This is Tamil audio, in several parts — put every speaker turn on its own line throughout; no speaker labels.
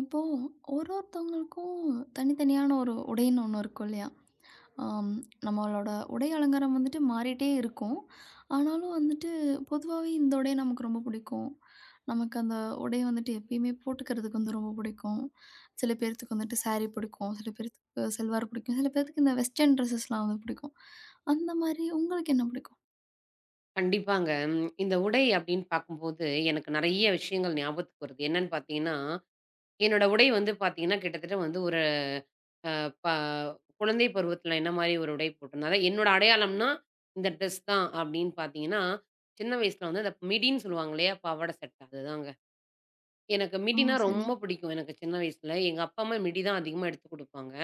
இப்போ ஒருத்தவங்களுக்கும் தனித்தனியான ஒரு உடைன்னு ஒன்று இருக்கும் இல்லையா? ஆம், நம்மளோட உடை அலங்காரம் வந்துட்டு மாறிட்டே இருக்கும். ஆனாலும் வந்துட்டு பொதுவாவே இந்த உடை நமக்கு ரொம்ப பிடிக்கும். நமக்கு அந்த உடைய வந்துட்டு எப்பயுமே போட்டுக்கிறதுக்கு வந்து ரொம்ப பிடிக்கும். சில பேர்த்துக்கு வந்துட்டு சாரி பிடிக்கும். சில பேர்த்துக்கு சல்வார் பிடிக்கும். சில பேர்த்துக்கு இந்த வெஸ்டர்ன் ட்ரெஸஸ்லாம் வந்து பிடிக்கும். அந்த மாதிரி உங்களுக்கு என்ன பிடிக்கும்?
கண்டிப்பாங்க. ம். இந்த உடை அப்படின்னு பார்க்கும்போது, எனக்கு நெறைய விஷயங்கள் ஞாபகத்துக்கு வருது. என்னன்னு பார்த்தீங்கன்னா, என்னோட உடை வந்து பார்த்தீங்கன்னா, கிட்டத்தட்ட வந்து ஒரு அ ப குழந்தை பருவத்தில என்ன மாரி ஒரு உடை போட்டிருந்தேன். அதான் என்னோட அடையாளம்னா, இந்த ட்ரெஸ் தான் அப்படின்னு பார்த்தீங்கன்னா, சின்ன வயசுல வந்து அந்த மிடின்னு சொல்லுவாங்க இல்லையா? பாவாடை சட்டை அதுதாங்க. எனக்கு
ஓ!
மிடின்னா
சரி.
ரொம்ப பிடிக்கும், எனக்கு சின்ன வயசுல. எங்க அப்பா, அம்மா மிடி தான் அதிகமா எடுத்து குடுப்பாங்க.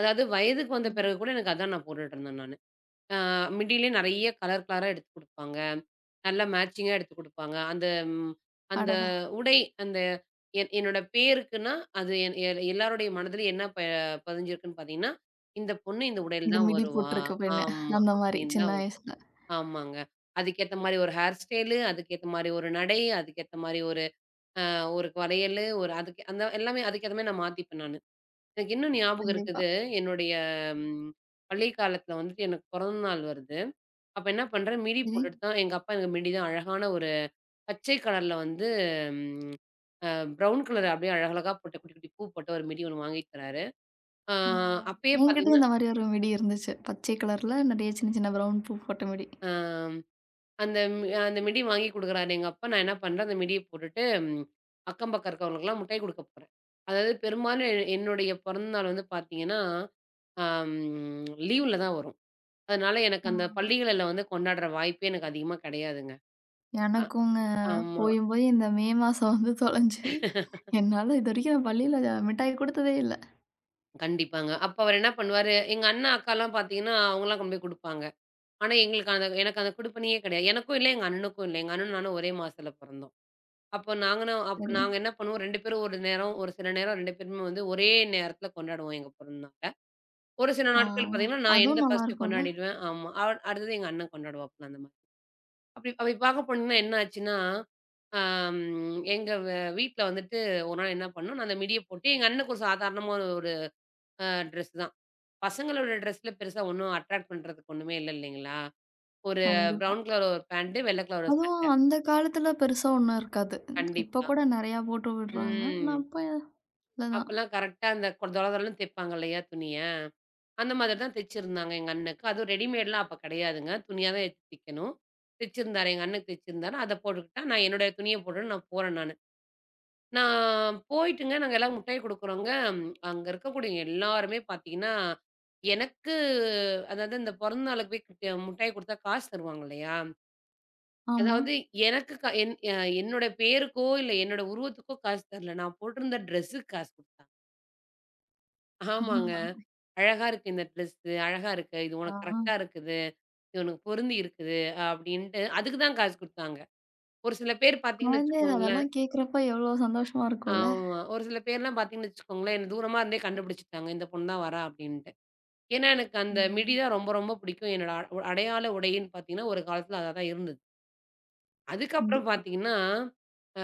அதாவது வயதுக்கு வந்த
ம்.
பிறகு கூட எனக்கு அதான் நான் போட்டுட்டு இருந்தேன் நானு. ஆ மிடியிலயே நெறைய கலர் கலரா எடுத்து குடுப்பாங்க. நல்லா மேட்சிங்கா எடுத்து குடுப்பாங்க. அந்த ம் அந்த
அடடா!
உடை அந்த என் என்னோட பேருக்குன்னா, அது என் எ எல்லாருடைய மனதிலயும் என்ன ப பதிஞ்சிருக்குன்னு பார்த்தீங்கன்னா, இந்த பொண்ணு இந்த உடையில
இந்த
தான்
மிடி
வருவா.
போட்டிருக்க பெண்ணு.
ஆமா.
அந்த மாதிரி
அப்படின்னு தான்
சின்ன
வரும்.
வயசுல.
ஆமாங்க. அதுக்கேத்த மாரி ஒரு ஹேர் ஸ்டைலு, அதுக்கேத்த மாரி ஒரு நடை, அதுக்கேத்த மாரி ஒரு ஒரு வளையலு, ஒரு அதுக்கு அந்த எல்லாமே அதுக்கேத்த மாரி நான் மாத்திப்பேன் நானு. எனக்கு இன்னும் ஞாபகம்
கண்டிப்பா.
இருக்குது. என்னுடைய ம் பள்ளி காலத்துல வந்துட்டு எனக்கு பிறந்த நாள் வருது. அப்ப என்ன பண்றேன், மிடி
சரி.
போட்டுட்டு தான். எங்க அப்பா எனக்கு மிடி தான் அழகான ஒரு பச்சை கலர்ல வந்து ம் அ ப்ரவுன் கலர் அப்படியே அழகழகா போட்ட குட்டி, குட்டி பூ போட்ட ஒரு மிடி ஒண்ணு வாங்கி தராரு. ஆ
ஆ.
அப்பயே
என்கிட்டயும்
பார்த்தீங்கன்னா,
இந்த மாரி ஒரு மிடி இருந்துச்சு. பச்சை கலர்ல நெறைய சின்ன, சின்ன பிரவுன் பூ போட்ட மிடி.
அ அந்த மிடி வாங்கி குடுக்குறாரு எங்க அப்பா. நான் என்ன பண்றேன், அந்த மிடிய போட்டுட்டு அக்கம் பக்கம் இருக்கிறவங்களுக்கெல்லாம் மிட்டாய் குடுக்க போறேன். அதாவது பெரும்பாலும் என்னுடைய பிறந்த நாள் வந்து பார்த்தீங்கன்னா, அம் லீவ்ல தான் வரும். அதனால எனக்கு
ஆ.
அந்த பள்ளிகள்ல வந்து கொண்டாடுற வாய்ப்பே எனக்கு அதிகமா கிடையாதுங்க. அ
எனக்குங்க
ஆமா.
போயும், போய் இந்த மே மாசம் வந்து தொலைஞ்சு, என்னால இதுவரைக்கும் நான் பள்ளியில மிட்டாய் குடுத்ததே இல்ல.
கண்டிப்பாங்க. அப்ப அவரு என்ன பண்ணுவாரு, எங்க அண்ணா, அக்காலாம் பார்த்தீங்கன்னா, அவங்கலாம் கொண்டு போய் குடுப்பாங்க. ஆனா, எங்களுக்கு அந்த எனக்கு அந்த குடுப்பினையே கிடையாது. எனக்கும் இல்ல, எங்க அண்ணனுக்கும் இல்ல. எங்க அண்ணனும் நானும் ஒரே மாசத்துல பொறந்தோம். அப்ப
சரி.
நாங்க என்ன பண்ணுவோம், 2 பேரும் ஒரு நேரம், ஒரு சில நேரம் 2 பேருமே வந்து ஒரே நேரத்துல கொண்டாடுவோம் எங்க பிறந்த நாள. ஒரு சில
ஆ.
நாட்கள் பார்த்தீங்கன்னா, நான் என்து
அதுவும்
ஃபர்ஸ்ட்டு
நல்லாருக்கும்ல.
கொண்டாடிடுவேன். ஆமா. அடுத்தது எங்க அண்ணன் கொண்டாடுவாப்புல அந்த மாரி. அப்படி அப்படி பார்க்க போனீங்கன்னா என்ன ஆச்சுன்னா, அம் எங்க வீட்ல வந்துட்டு ஒரு நாள் என்ன பண்ணோம், நான் அந்த மிடிய போட்டு எங்க அண்ணனுக்கு ஒரு சாதாரணமான ஒரு ட்ரெஸ் தான். பசங்களோட ட்ரெஸ்ல பெருசா ஒண்ணும் அட்ராக்ட் பண்றதுக்கு ஒண்ணுமே இல்ல, இல்லைங்களா? ஒரு
கண்டிப்பா.
ப்ரவுன் கலர் ஒரு பேண்ட், வெள்ள கலர் ஒரு
அதுவும்
சட்டை.
அந்த காலத்துல பெருசா ஒண்ணும் இருக்காது. இப்ப
கண்டிப்பா.
கூட நெறையா போட்டு விடுறாங்க. நான்
ம்.
அப்ப இல்ல தான்.
அப்பலாம் கரெக்ட்டா அந்த கொ தொல தொலன்னு தெப்பாங்க இல்லையா துணிய? அந்த மாதிரி தான் தெச்சிருந்தாங்க எங்க அண்ணனுக்கு. அதுவும் ரெடிமேட்லாம் அப்ப கிடையாதுங்க. துணியா தான் எடுத்து தெக்கணும். தெச்சிருந்தாரு. எங்க அண்ணனுக்கு தெச்சிருந்தாரு. அத போட்டுக்கிட்டா, நான் என்னுடைய துணிய போட்டுட்டு நான் போறேன் நானு. நான் போயிட்டுங்க, நாங்க எல்லாரும் முட்டாய் குடுக்குறோங்க. அங்க இருக்கக்கூடிய எல்லாருமே பார்த்தீங்கன்னா, எனக்கு அதாவது இந்த பிறந்த நாளுக்கு போய் முட்டாய் குடுத்தா காசு தருவாங்க இல்லையா?
ஆமா.
அதாவது எனக்கு க என் அ என்னோட பேருக்கோ, இல்ல என்னோட உருவத்துக்கோ காசு தரல. நான் போட்டிருந்த ட்ரெஸ்ஸுக்கு காசு குடுத்தாங்க. ஆமாங்க. "அழகா இருக்கு இந்த ட்ரெஸ்ஸு. அழகா இருக்கு. இது
ஆ.
உனக்கு கரெக்ட்டா இருக்குது. இது உனக்கு பொருந்தி இருக்குது." அப்படின்ட்டு அதுக்கு தான் காசு குடுத்தாங்க. ஒரு சில பேர் பார்த்தீங்கன்னு
குழந்தையில
வச்சுக்கோங்களேன்.
அதெல்லாம் கேட்கிறப்ப எவ்வளோ சந்தோஷமா இருக்கும்ல.
ஆமா. ஒரு சில பேர்லாம் பார்த்தீங்கன்னு வச்சுக்கோங்களேன், என்ன தூரமா இருந்தே கண்டுபிடிச்சுட்டாங்க. இந்த பொண்ணு தான் வரா அப்படின்ட்டு. ஏன்னா எனக்கு அந்த மிடி
ம்.
தான் ரொம்ப ரொம்ப பிடிக்கும். என்னோட அடையாள உடைன்னு பார்த்தீங்கன்னா, ஒரு காலத்தில அதா தான் இருந்தது. அதுக்கப்புறம்
கண்டிப்பா.
பார்த்தீங்கன்னா, ஆ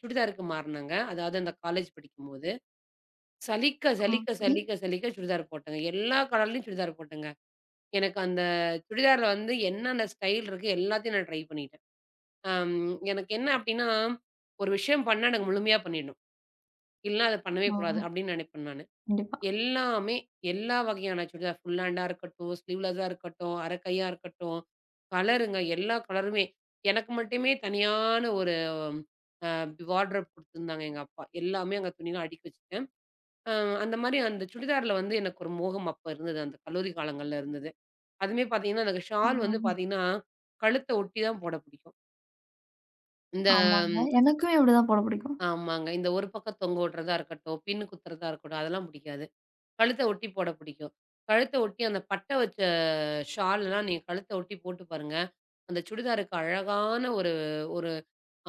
சுடிதாருக்கு மாறுனேங்க. அதாவது அந்த காலேஜ் படிக்கும்போது. சலிக்க,
ஆ
சலிக்க,
சரி.
சலிக்க, சலிக்க சுடிதார் போட்டேங்க. எல்லா கலர்லயும் சுடிதார் போட்டேங்க. எனக்கு அந்த சுடிதார்ல வந்து என்னென்ன ஸ்டைல் இருக்கு எல்லாத்தையும் நான் ட்ரை பண்ணிட்டேன். அம் எனக்கு என்ன அப்டின்னா, ஒரு விஷயம் பண்ணா எனக்கு முழுமையா பண்ணிடணும். இல்லன்னா அத பண்ணவே கூடாது
ஆ.
அப்டின்னு நெனைப்பேன் நானு.
கண்டிப்பா.
எல்லாமே, எல்லா வகையான சுடிதார் ஃபுல் ஹேண்டா இருக்கட்டும், ஸ்லீவ்லெஸ்ஸா இருக்கட்டும், அரைக்கையா இருக்கட்டும், கலருங்க எல்லா கலருமே. எனக்கு மட்டுமே தனியான ஒரு அ வார்ட்ரோப் குடுத்துருந்தாங்க எங்க அப்பா. எல்லாமே அங்க துணிலாம் அடுக்கி வச்சுட்டேன். அ அந்த மாரி அந்த சுடிதார்ல வந்து எனக்கு ஒரு மோகம் அப்ப இருந்தது. அந்த கல்லூரி காலங்கள்ல இருந்தது. அதுவுமே பார்த்தீங்கன்னா, எனக்கு
ஆ,
ஷால் வந்து பார்த்தீங்கன்னா, கழுத்த ஒட்டி தான் போட பிடிக்கும். இந்த
ஆமாங்க. எனக்குமே அப்படிதான் போட பிடிக்கும்.
ஆமாங்க. இந்த ஒரு பக்கம் தொங்க விடுறதா இருக்கட்டும், பின் குத்துறதா இருக்கட்டும், அதெல்லாம் பிடிக்காது. கழுத்த ஒட்டி போட பிடிக்கும். கழுத்த ஒட்டி அந்த பட்டை வச்சு ஷால்லாம் நீங்க கழுத்த ஒட்டி போட்டு பாருங்க. அந்த சுடிதாருக்கு அழகான ஒரு ஒரு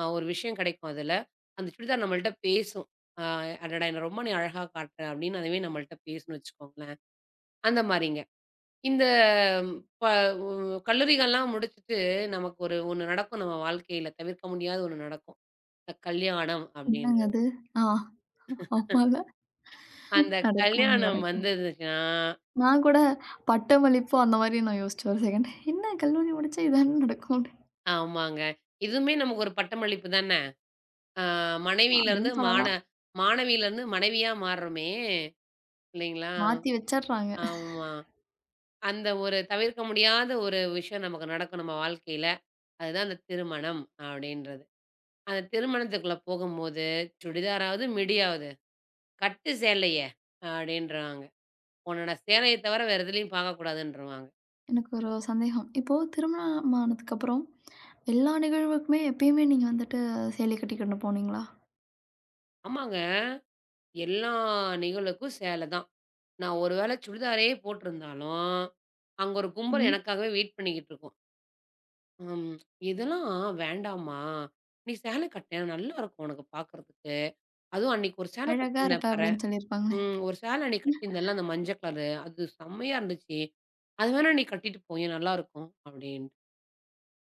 அ ஒரு விஷயம் கிடைக்கும் அதுல. அந்த சுடிதார் நம்மள்ட்ட பேசும். அ "அடடா! என்ன ரொம்ப நீ அழகா காட்டுற" அப்படின்னு அதுவே நம்மள்ட்ட பேசும்ன்னு வச்சுக்கோங்களேன். அந்த மாரிங்க. இந்த ம், ப உ கல்லூரிகள்லாம் முடிச்சுட்டு நமக்கு ஒரு ஒண்ணு நடக்கும் நம்ம வாழ்க்கையில. தவிர்க்க முடியாத ஒண்ணு நடக்கும். இந்த கல்யாணம்
என்னங்க
அப்படின்றது.
அது? ஆ ஆமால.
அந்த
நடக்கும்,
கல்யாணம்
நடக்கும்.
வந்துருந்துச்சுன்னா.
நான் கூட பட்டமளிப்பு அந்த மாரி நான் யோசிச்சேன் ஒரு செகண்ட். என்ன கல்லூரி முடிச்சா இதானே நடக்கும் அப்படின்னு.
ஆமாங்க. இதுவுமே நமக்கு ஒரு பட்டமளிப்பு தானே! ஆ மனைவியிலருந்து
அப்படின்னு
மான
சொல்லலாம்.
மாணவியிலருந்து மனைவியா மாறுறோமே! இல்லைங்களா?
மாத்தி வச்சர்றாங்க.
ஆமா. அந்த ஒரு தவிர்க்க முடியாத ஒரு விஷயம் நமக்கு நடக்கும் நம்ம வாழ்க்கையில. அதுதான் அந்த திருமணம் அப்டின்றது. அந்த திருமணத்துக்குள்ள போகும்போது, "சுடிதாராவது, மிடியாவது, கட்டு சேலைய" அப்டின்ருவாங்க. "உன்னோட சேலைய தவிர வேற எதுலயும் பார்க்கக்கூடாதுன்ருவாங்க."
எனக்கு ஒரு சந்தேகம். இப்போ திருமணம் ஆனதுக்கப்புறம் எல்லா நிகழ்வுக்குமே எப்பயுமே நீங்க வந்துட்டு சேலை கட்டிக்கிட்டு போனீங்களா?
ஆமாங்க. எல்லா நிகழ்வுக்கும் சேல தான். நான் ஒரு வேள சுடிதாரே போட்டிருந்தாலும், அங்க ஒரு கும்பல்
சரி.
எனக்காகவே வெயிட் பண்ணிக்கிட்டு இருக்கும். அம். இதெல்லாம் வேண்டாம்மா! நீ சேல கட்டேன் நல்லா இருக்கும் உனக்கு பாக்கறதுக்கு. அதுவும் அன்னைக்கு ஒரு சேல
அழகா
கட்டியிருந்தேன்
இருப்ப
பாரேன்.
அப்படின்னு சொல்லியிருப்பாங்களே.
ம். ஒரு சேல அன்னைக்கு கட்டியிருந்தேன்ல அந்த மஞ்ச கலரு. அது செம்மையா இருந்துச்சு. அது வேணா நீ கட்டிட்டு போயேன் நல்லாருக்கும் அப்டின்ட்டு.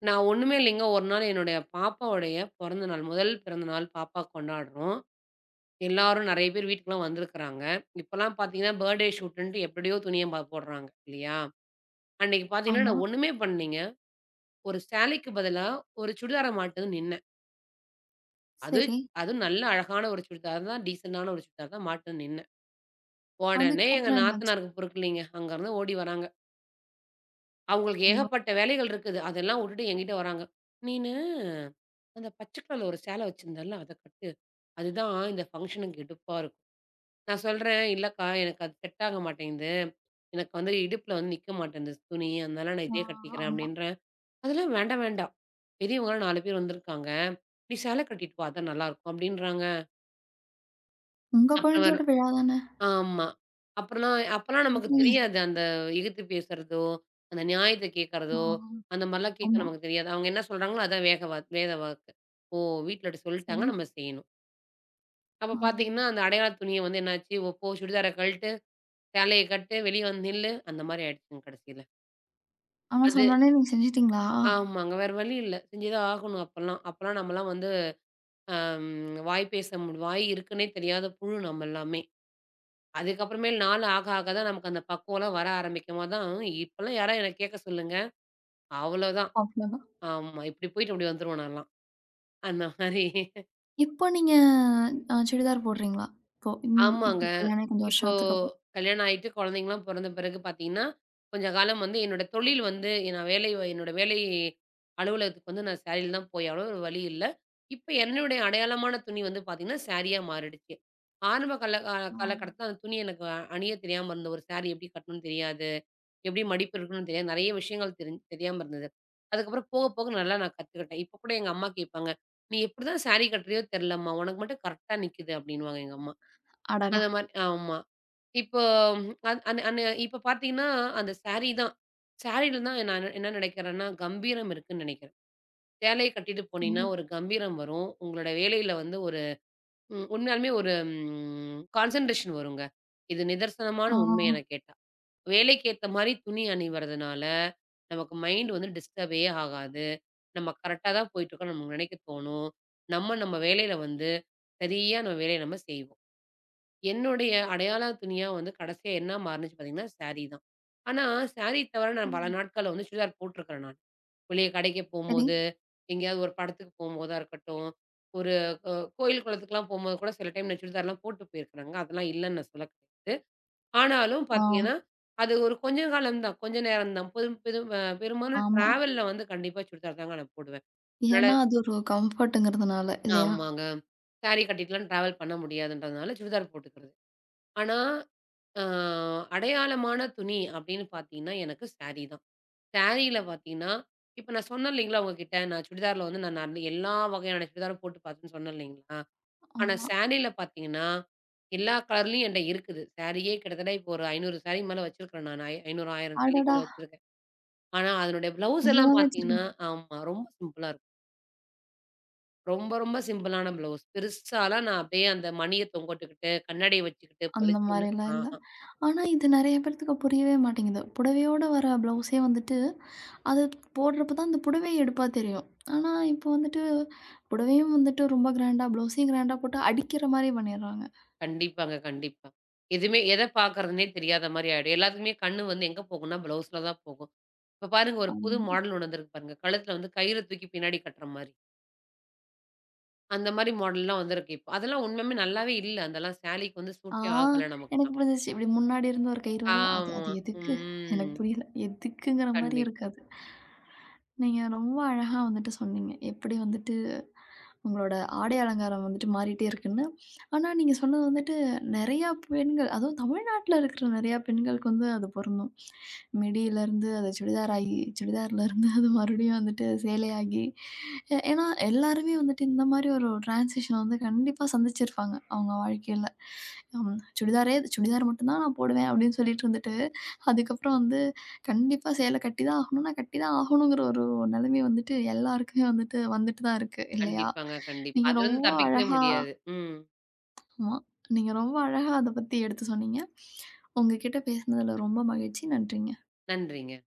நான் ஒண்ணுமே இல்லைங்க. ஒரு நாள் என்னுடைய பாப்பாவுடைய பொறந்த நாள். முதல் பிறந்த நாள் பாப்பா கொண்டாடுறோம். எல்லாரும் நெறைய பேர் வீட்டுக்குலாம் வந்திருக்கிறாங்க. இப்பலாம் பாத்தீங்கன்னா, பர்த்டே ஷூட்டுன்ட்டு எப்படியோ துணிய போடுறாங்க இல்லையா? அன்னைக்கு பாத்தீங்கன்னா,
ஆமா.
நான் ஒண்ணுமே பண்ணலீங்க. ஒரு சேலைக்கு பதிலா ஒரு சுடிதார மாட்டுன்னு நின்னேன். அது
சரி.
அதுவும் நல்ல அழகான ஒரு சுடிதார் தான், டீசென்ட்டான ஒரு சுடிதார் தான் மாட்டுன்னு நின்னேன். உடனே எங்க
அதுக்கப்புறம் என்னாச்சு?
நாத்தனாருக்கு பொறுக்கலைங்க. அங்கருந்து ஓடி வராங்க. அவங்களுக்கு
ஐயோ!
ஏகப்பட்ட வேலைகள் இருக்குது. அதெல்லாம் வுட்டுட்டு என்கிட்ட வராங்க. "நீனு அந்த பச்சை கலர்ல ஒரு சேலை வச்சிருந்தல்ல, அத கட்டு. அதுதான் இந்த ஃபங்ஷனுக்கு எடுப்பா இருக்கும்." நான் சொல்றேன், "இல்லக்கா, எனக்கு அது செட் ஆக மாட்டேங்குது. எனக்கு வந்து இடுப்புல வந்து நிக்க மாட்டேன்து துணி. அதனால நான்
ஆ
இதே கட்டிக்கிறேன்"
ஆமா.
அப்படின்றேன். "அதெல்லாம் வேண்டாம், வேண்டாம். பெரியவங்கலாம் 4 பேர் வந்திருக்காங்க. நீ சேலை கட்டிட்டு வா. அதான் நல்லாருக்கும்" அப்படின்றாங்க.
உங்க
அப்புறம் வேற
குழந்தையோட விழா தானே.
ஆமா. அப்புறம்லாம் அப்பலாம் நமக்கு
அப்புறம் ஏன்?
தெரியாது. அந்த எதிர்த்து பேசுறதோ, அந்த நியாயத்த
ஆ.
கேட்கறதோ, அந்த மாரிலாம் கேட்க
ஆமா.
நமக்கு தெரியாது. அவங்க என்ன சொல்றாங்களோ அதான் வேக வா வேத வாக்கு. ஓ! வீட்ல இப்டி சொல்ட்டாங்க
சரி.
நம்ம செய்யணும். அப்ப
ஆ
பார்த்தீங்கன்னா, அந்த அடையாள துணிய வந்து என்னாச்சு, ஓ போ சுடிதார கழட்டு, சேலைய கட்டு, வெளிய வந்து நில்லு, அந்த மாரி ஆயிடுச்சுங்க கடைசில.
அவன்
அது
சொன்னோனே நீங்க செஞ்சுட்டீங்களா?
ஆமாங்க. வேற வழி இல்ல. செஞ்சு தான் ஆகணும் அப்பலாம். அப்பலாம் நம்மலாம் வந்து அம் வாய் பேச முடி வாய் இருக்குன்னே தெரியாத புழு நம்ம எல்லாமே. அதுக்கப்புறமேல் நாள் ஆக ஆக தான் நமக்கு அந்த பக்குவம்லாம் வர ஆரம்பிக்கும்போது தான், இப்பலாம் யாராவது என்ன கேட்க சொல்லுங்க, அவ்வளோதான்.
அவ்வளோதான்.
ஆமா. இப்படி போயிட்டு இப்படி வந்துருவேன் நான்லாம். அந்த மாரி.
இப்போ நீங்க சுடிதார் போடுறீங்களா? இப்போ ம் இப்போ
ஆமாங்க.
கல்யாணம் ஆகி கொஞ்சம்
இப்போ
வருஷம் ஆனதுக்கு அப்புறம்.
கல்யாணம் ஆயிட்டு குழந்தைங்கலாம் பொறந்த பிறகு பார்த்தீங்கன்னா, கொஞ்ச காலம் வந்து என்னோட தொழில் வந்து நான் வேலை என்னோட வேலை அலுவலகத்துக்கு வந்து நான் சாரீல தான் போய் ஆகணும். வேற வழி இல்ல. இப்ப என்னுடைய அடையாளமான துணி வந்து பார்த்தீங்கன்னா, சாரீயா மாறிடுச்சு. ஆரம்ப கால
ஆ
காலகட்டத்தில அந்த துணி எனக்கு அணிய தெரியாம இருந்த ஒரு சாரி எப்படி கட்டணும்னு தெரியாது. எப்படி மடிப்பு இருக்குன்னு தெரியாது. நெறைய விஷயங்கள் தெரியாம இருந்தது. அதுக்கப்புறம் போக, போக நல்லா நான் கத்துக்கிட்டேன். இப்ப கூட எங்க அம்மா கேட்பாங்க. "நீ எப்படிதான் சாரி கட்டுறியோ தெர்லம்மா. உனக்கு மட்டும் கரெக்ட்டா நிக்குது" அப்படின்னுவாங்க எங்க அம்மா.
அடடா!
அந்த மாரி. ஆமா. இப்போ அந் அந் அந் இப்ப பார்த்தீங்கன்னா, அந்த சாரி தான். சாரில தான் நான் என்ன நெனைக்கிறேன்னா, கம்பீரம் இருக்குன்னு நெனைக்கிறேன். சேலைய கட்டிட்டு போனீங்கன்னா,
கண்டிப்
ஒரு கம்பீரம் வரும். உங்களோட வேலையில வந்து ஒரு உண்மையாலுமே ஒரு கான்சன்ட்ரேஷன் வருங்க. இது நிதர்சனமான
ஆ
உண்மை என்ன கேட்டா. வேலைக்கு ஏத்த மாரி துணி அணிவறதுனால, நமக்கு மைண்ட் வந்து டிஸ்டர்பே ஆகாது. நம்ம கரெக்ட்டா தான் போயிட்டுருக்கோம்னு நமக்கு நெனைக்க தோணும். நம்ம நம்ம வேலையில வந்து, சரியா நம்ம வேலைய நம்ம செய்வோம். என்னுடைய அடையாள துணியா வந்து கடைசியா என்ன மாறுனுச்சு பார்த்தீங்கன்னா, சாரி தான். ஆனா, சாரி தவிர நான் பல
ம்
நாட்கள்ல வந்து சுடிதார் போட்டுருக்கிறேன் நான். வெளிய கடைக்கு
சரி.
போம்போது, எங்கேயாவது ஒரு படத்துக்கு போம்போதா இருக்கட்டும், ஒரு அ கோயில், குளத்துக்குலாம் போம்போது கூட சில டைம் நான் சுடிதார்லாம் போட்டு போயிருக்கிறேங்க. அதெல்லாம் இல்லன்னு நான் சொல்ல கிடையாது. ஆனாலும்
ஆ
பார்த்தீங்கன்னா, அது ஒரு கொஞ்ச காலம் தான். கொஞ்ச நேரம் தான். பெரும் பெரும் அ பெரும்பாலும்
ஆமா.
டிராவல்ல வந்து கண்டிப்பா சுடிதார் தாங்க நான் போடுவேன். அதனால
ஏன்னா அது ஒரு கம்ஃபர்ட்ங்கிறதுனால இல்லையா?
ஆமாங்க. சாரி கட்டிட்டுலாம் டிராவல் பண்ண முடியாதுன்றதுனால சுடிதார் போட்டுக்கிறது. ஆனா, அ அடையாளமான துணி அப்படின்னு பார்த்தீங்கன்னா, எனக்கு சாரி தான். சாரியில பார்த்தீங்கன்னா, இப்ப நான் சொன்னேன் இல்லைங்களா உங்ககிட்ட, நான் சுடிதார்ல வந்து நான் நிறைய எல்லா வகையான சுடிதாரும் போட்டு பார்த்தேன்னு சொன்னேன் இல்லைங்களா? ஆனா
ஆமா.
சாரீல பாத்தீங்கன்னா, எல்லா கலர்லயும் என்ட்ட இருக்குது. சாரியே கிட்டத்தட்ட இப்போ ஒரு 500 சாரிக்கு மேல வச்சிருக்கிறேன் நானு. 500, 1000
அடடா!
சாரிக்குள்ள வச்சிருக்கேன். ஆனா அதனுடைய பிளவுஸ் எல்லாம்
எல்லாமே
பாத்தீங்கன்னா.
வச்சிருக்கீங்க.
ஆமா. ரொம்ப சிம்பிளா இருக்கும். ரொம்ப ரொம்ப சிம்பிளான பிளவுஸ். பெருசாலாம் நான் அப்படியே அந்த மணிய தொங்கவிட்டுக்கிட்டு, கண்ணாடிய வச்சுக்கிட்டு
அந்த
பளிச்சுன்னு.
மாரிலாம் இல்ல.
ஆஹா.
ஆனா இது நெறைய பேத்துக்கு புரியவே மாட்டேங்குது. புடவையோட வர ப்ளவுஸே வந்துட்டு அது போடுறப்ப தான் அந்த புடவை எடுப்பா தெரியும். ஆனா, இப்போ வந்துட்டு புடவையும் வந்துட்டு ரொம்ப கிராண்டா, ப்ளவுஸையும் கிராண்டா போட்டு அடிக்கிற மாரி பண்ணிடுறாங்க.
கண்டிப்பாங்க, கண்டிப்பா. எதுவுமே எத பாக்குறதுன்னே தெரியாத மாரி ஆயிடும். எல்லாத்துக்குமே கண்ணு வந்து எங்க போகும்னா, பிளவுஸ்ல தான் போகும். இப்ப பாருங்க, ஒரு புது
ஆமாமா.
மாடல் ஒண்ணு வந்திருக்கு பாருங்க. கழுத்துல வந்து கயிறு தூக்கி பின்னாடி கட்டுற மாரி. அந்த மாரி மாடல்லாம் வந்திருக்கு இப்போ. அதெல்லாம் உண்மையாலுமே நல்லாவே இல்ல. அதெல்லாம் சாலிக்கு வந்து
ஆ
சூட்டே ஆகல
எனக்கு
நமக்கெல்லாம்.
புரிஞ்சிச்சு. இப்படி முன்னாடி இருந்த ஒரு கயிறு வரும். அது
ஆமா.
அது எதுக்கு?
ம்.
எனக்கு புரியல. எதுக்குங்கிற மாரி
கண்டிப்
இருக்கு அது. நீங்க ரொம்ப அழகா வந்துட்டு சொன்னீங்க. எப்படி வந்துட்டு உங்களோட ஆடை அலங்காரம் வந்துட்டு மாறிட்டே இருக்குன்னு. ஆனா, நீங்க சொன்னது வந்துட்டு நெறையா பெண்கள், அதுவும் தமிழ்நாட்ல இருக்கிற நெறையா பெண்களுக்கு வந்து அது பொருந்தும். மிடியிலருந்து அது சுடிதாராகி, சுடிதார்லருந்து அது மறுபடியும் வந்துட்டு சேலையாகி, ஏன்னா எல்லாருமே வந்துட்டு இந்த மாரி ஒரு டிரான்சிஷன வந்து கண்டிப்பா சந்திச்சிருப்பாங்க அவங்க வாழ்க்கையில. ம் சுடிதாரே சுடிதார் மட்டும் தான் நான் போடுவேன் அப்படின்னு சொல்லிட்டு இருந்துட்டு, அதுக்கப்புறம் வந்து கண்டிப்பா சேலை கட்டி தான் ஆகணும். நான் கட்டி தான் ஆகணுங்கிற ஒரு நிலைமை வந்துட்டு எல்லாருக்குமே வந்துட்டு வந்துட்டு தான் இருக்கு இல்லையா?
கண்டிப்பாங்க, கண்டிப்பா.
நீங்க
அதுலருந்து
ரொம்ப
தப்பிக்கவே
அழகா
முடியாது. ம்.
ஆமா. நீங்க ரொம்ப அழகா அத பத்தி எடுத்து சொன்னீங்க. உங்ககிட்ட பேசினதுல ரொம்ப மகிழ்ச்சி. நன்றிங்க.
நன்றிங்க.